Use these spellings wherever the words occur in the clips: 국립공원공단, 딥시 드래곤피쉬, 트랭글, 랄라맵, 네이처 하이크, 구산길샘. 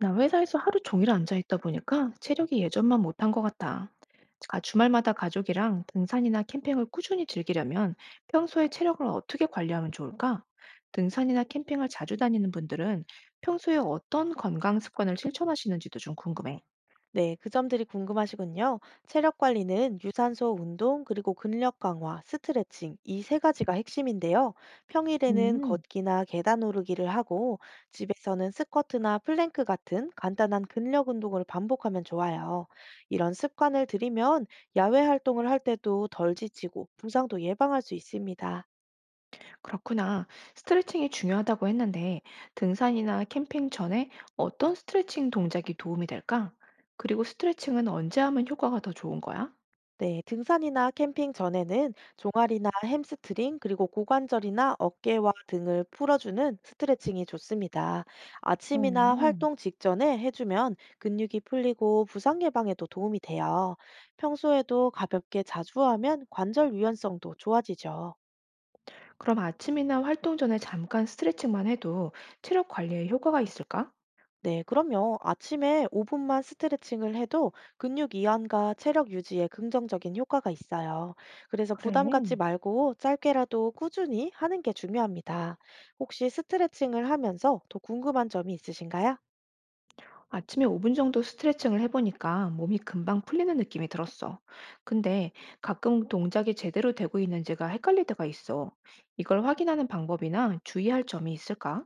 나 회사에서 하루 종일 앉아 있다 보니까 체력이 예전만 못한 것 같다. 주말마다 가족이랑 등산이나 캠핑을 꾸준히 즐기려면 평소에 체력을 어떻게 관리하면 좋을까? 등산이나 캠핑을 자주 다니는 분들은 평소에 어떤 건강 습관을 실천하시는지도 좀 궁금해. 네, 그 점들이 궁금하시군요. 체력 관리는 유산소 운동, 그리고 근력 강화, 스트레칭, 이 세 가지가 핵심인데요. 평일에는 음, 걷기나 계단 오르기를 하고, 집에서는 스쿼트나 플랭크 같은 간단한 근력 운동을 반복하면 좋아요. 이런 습관을 들이면 야외 활동을 할 때도 덜 지치고, 부상도 예방할 수 있습니다. 그렇구나. 스트레칭이 중요하다고 했는데 등산이나 캠핑 전에 어떤 스트레칭 동작이 도움이 될까? 그리고 스트레칭은 언제 하면 효과가 더 좋은 거야? 네, 등산이나 캠핑 전에는 종아리나 햄스트링, 그리고 고관절이나 어깨와 등을 풀어주는 스트레칭이 좋습니다. 아침이나 어. 활동 직전에 해주면 근육이 풀리고 부상 예방에도 도움이 돼요. 평소에도 가볍게 자주 하면 관절 유연성도 좋아지죠. 그럼 아침이나 활동 전에 잠깐 스트레칭만 해도 체력 관리에 효과가 있을까? 네, 그럼요. 아침에 5분만 스트레칭을 해도 근육 이완과 체력 유지에 긍정적인 효과가 있어요. 그래서 부담 갖지 그래. 말고 짧게라도 꾸준히 하는 게 중요합니다. 혹시 스트레칭을 하면서 더 궁금한 점이 있으신가요? 아침에 5분 정도 스트레칭을 해보니까 몸이 금방 풀리는 느낌이 들었어. 근데 가끔 동작이 제대로 되고 있는지가 헷갈릴 때가 있어. 이걸 확인하는 방법이나 주의할 점이 있을까?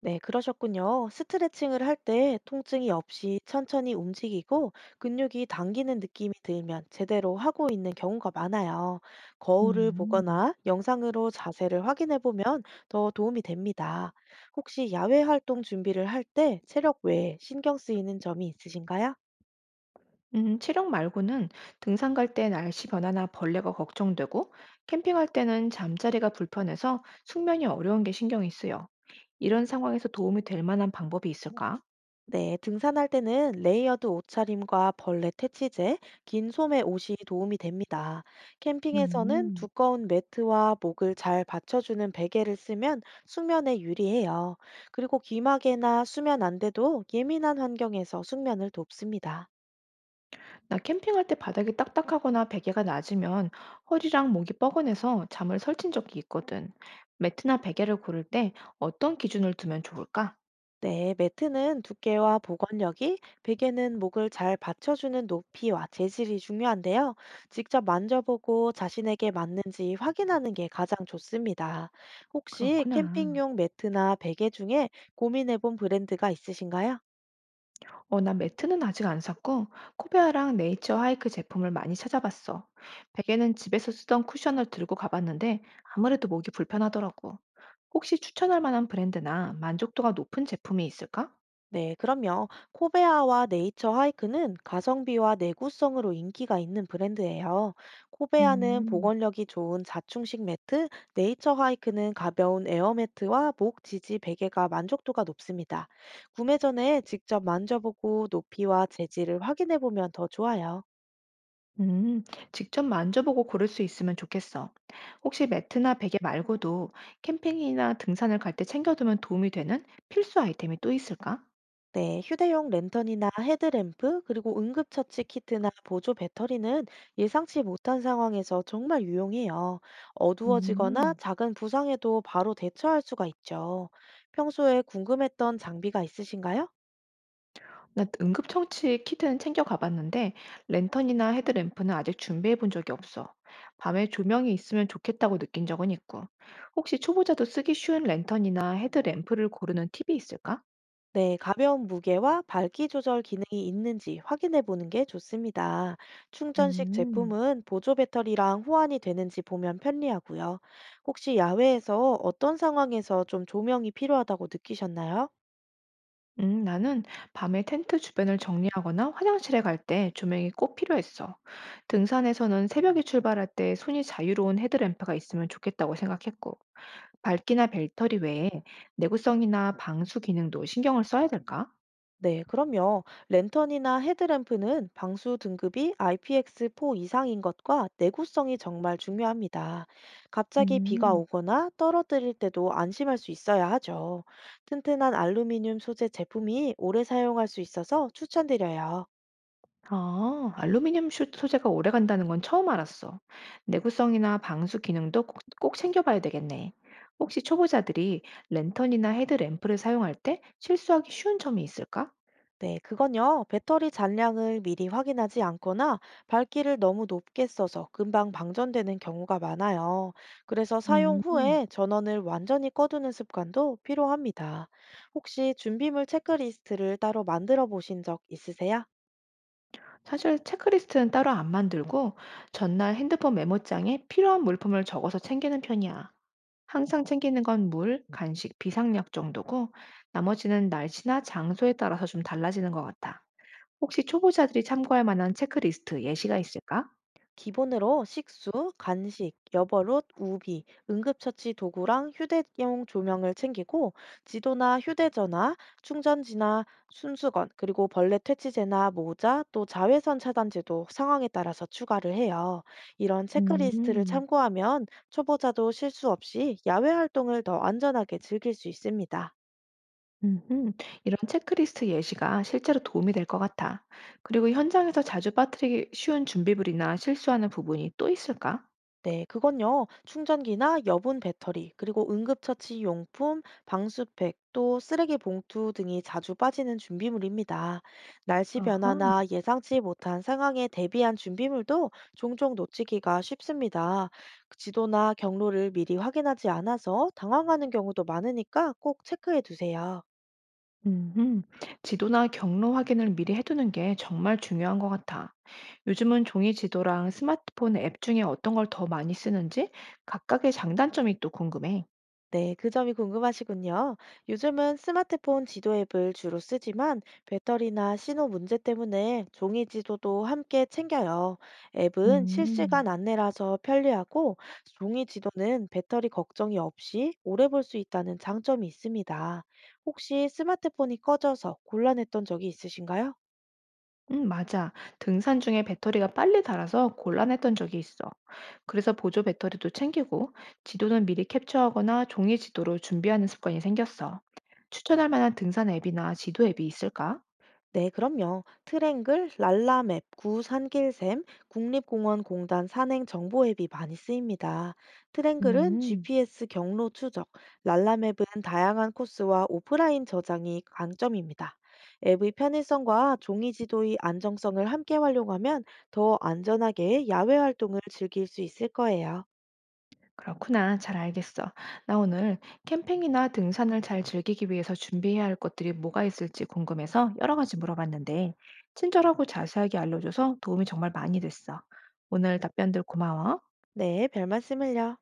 네, 그러셨군요. 스트레칭을 할 때 통증이 없이 천천히 움직이고 근육이 당기는 느낌이 들면 제대로 하고 있는 경우가 많아요. 거울을 음, 보거나 영상으로 자세를 확인해 보면 더 도움이 됩니다. 혹시 야외 활동 준비를 할 때 체력 외에 신경 쓰이는 점이 있으신가요? 체력 말고는 등산 갈 때 날씨 변화나 벌레가 걱정되고, 캠핑할 때는 잠자리가 불편해서 숙면이 어려운 게 신경이 쓰여. 이런 상황에서 도움이 될 만한 방법이 있을까? 네, 등산할 때는 레이어드 옷차림과 벌레 퇴치제, 긴 소매 옷이 도움이 됩니다. 캠핑에서는 음. 두꺼운 매트와 목을 잘 받쳐주는 베개를 쓰면 숙면에 유리해요. 그리고 귀마개나 수면 안대도 예민한 환경에서 숙면을 돕습니다. 나 캠핑할 때 바닥이 딱딱하거나 베개가 낮으면 허리랑 목이 뻐근해서 잠을 설친 적이 있거든. 매트나 베개를 고를 때 어떤 기준을 두면 좋을까? 네, 매트는 두께와 보관력이, 베개는 목을 잘 받쳐주는 높이와 재질이 중요한데요. 직접 만져보고 자신에게 맞는지 확인하는 게 가장 좋습니다. 혹시 그렇구나. 캠핑용 매트나 베개 중에 고민해본 브랜드가 있으신가요? 어, 나 매트는 아직 안 샀고, 코베아랑 네이처 하이크 제품을 많이 찾아봤어. 베개는 집에서 쓰던 쿠션을 들고 가봤는데 아무래도 목이 불편하더라고. 혹시 추천할 만한 브랜드나 만족도가 높은 제품이 있을까? 네, 그럼요. 코베아와 네이처 하이크는 가성비와 내구성으로 인기가 있는 브랜드예요. 코베아는 음. 보건력이 좋은 자충식 매트, 네이처 하이크는 가벼운 에어매트와 목 지지 베개가 만족도가 높습니다. 구매 전에 직접 만져보고 높이와 재질을 확인해 보면 더 좋아요. 음, 직접 만져보고 고를 수 있으면 좋겠어. 혹시 매트나 베개 말고도 캠핑이나 등산을 갈 때 챙겨두면 도움이 되는 필수 아이템이 또 있을까? 네, 휴대용 랜턴이나 헤드램프, 그리고 응급처치 키트나 보조 배터리는 예상치 못한 상황에서 정말 유용해요. 어두워지거나 음, 작은 부상에도 바로 대처할 수가 있죠. 평소에 궁금했던 장비가 있으신가요? 나 응급처치 키트는 챙겨가봤는데 랜턴이나 헤드램프는 아직 준비해본 적이 없어. 밤에 조명이 있으면 좋겠다고 느낀 적은 있고. 혹시 초보자도 쓰기 쉬운 랜턴이나 헤드램프를 고르는 팁이 있을까? 네, 가벼운 무게와 밝기 조절 기능이 있는지 확인해 보는 게 좋습니다. 충전식 음. 제품은 보조 배터리랑 호환이 되는지 보면 편리하고요. 혹시 야외에서 어떤 상황에서 좀 조명이 필요하다고 느끼셨나요? 나는 밤에 텐트 주변을 정리하거나 화장실에 갈 때 조명이 꼭 필요했어. 등산에서는 새벽에 출발할 때 손이 자유로운 헤드램프가 있으면 좋겠다고 생각했고, 밝기나 벨터리 외에 내구성이나 방수 기능도 신경을 써야 될까? 네, 그럼요. 랜턴이나 헤드램프는 방수 등급이 IPX4 이상인 것과 내구성이 정말 중요합니다. 갑자기 비가 음, 오거나 떨어뜨릴 때도 안심할 수 있어야 하죠. 튼튼한 알루미늄 소재 제품이 오래 사용할 수 있어서 추천드려요. 아, 알루미늄 소재가 오래 간다는 건 처음 알았어. 내구성이나 방수 기능도 꼭 챙겨봐야 되겠네. 혹시 초보자들이 랜턴이나 헤드램프를 사용할 때 실수하기 쉬운 점이 있을까? 네, 그건요. 배터리 잔량을 미리 확인하지 않거나 밝기를 너무 높게 써서 금방 방전되는 경우가 많아요. 그래서 사용 음. 후에 전원을 완전히 꺼두는 습관도 필요합니다. 혹시 준비물 체크리스트를 따로 만들어 보신 적 있으세요? 사실 체크리스트는 따로 안 만들고 전날 핸드폰 메모장에 필요한 물품을 적어서 챙기는 편이야. 항상 챙기는 건 물, 간식, 비상약 정도고 나머지는 날씨나 장소에 따라서 좀 달라지는 것 같아. 혹시 초보자들이 참고할 만한 체크리스트 예시가 있을까? 기본으로 식수, 간식, 여벌옷, 우비, 응급처치 도구랑 휴대용 조명을 챙기고 지도나 휴대전화, 충전지나 순수건, 그리고 벌레 퇴치제나 모자, 또 자외선 차단제도 상황에 따라서 추가를 해요. 이런 체크리스트를 음, 참고하면 초보자도 실수 없이 야외 활동을 더 안전하게 즐길 수 있습니다. 음, 이런 체크리스트 예시가 실제로 도움이 될 것 같아. 그리고 현장에서 자주 빠뜨리기 쉬운 준비물이나 실수하는 부분이 또 있을까? 네, 그건요. 충전기나 여분 배터리, 그리고 응급처치 용품, 방수팩, 또 쓰레기 봉투 등이 자주 빠지는 준비물입니다. 날씨 아하. 변화나 예상치 못한 상황에 대비한 준비물도 종종 놓치기가 쉽습니다. 지도나 경로를 미리 확인하지 않아서 당황하는 경우도 많으니까 꼭 체크해 두세요. 음, 지도나 경로 확인을 미리 해두는 게 정말 중요한 것 같아. 요즘은 종이 지도랑 스마트폰 앱 중에 어떤 걸 더 많이 쓰는지 각각의 장단점이 또 궁금해. 네, 그 점이 궁금하시군요. 요즘은 스마트폰 지도 앱을 주로 쓰지만 배터리나 신호 문제 때문에 종이 지도도 함께 챙겨요. 앱은 음, 실시간 안내라서 편리하고 종이 지도는 배터리 걱정이 없이 오래 볼 수 있다는 장점이 있습니다. 혹시 스마트폰이 꺼져서 곤란했던 적이 있으신가요? 맞아. 등산 중에 배터리가 빨리 닳아서 곤란했던 적이 있어. 그래서 보조 배터리도 챙기고 지도는 미리 캡처하거나 종이 지도로 준비하는 습관이 생겼어. 추천할 만한 등산 앱이나 지도 앱이 있을까? 네, 그럼요. 트랭글, 랄라맵, 구산길샘, 국립공원공단 산행 정보 앱이 많이 쓰입니다. 트랭글은 음. GPS 경로 추적, 랄라맵은 다양한 코스와 오프라인 저장이 강점입니다. 앱의 편의성과 종이 지도의 안정성을 함께 활용하면 더 안전하게 야외 활동을 즐길 수 있을 거예요. 그렇구나. 잘 알겠어. 나 오늘 캠핑이나 등산을 잘 즐기기 위해서 준비해야 할 것들이 뭐가 있을지 궁금해서 여러 가지 물어봤는데, 친절하고 자세하게 알려줘서 도움이 정말 많이 됐어. 오늘 답변들 고마워. 네, 별 말씀을요.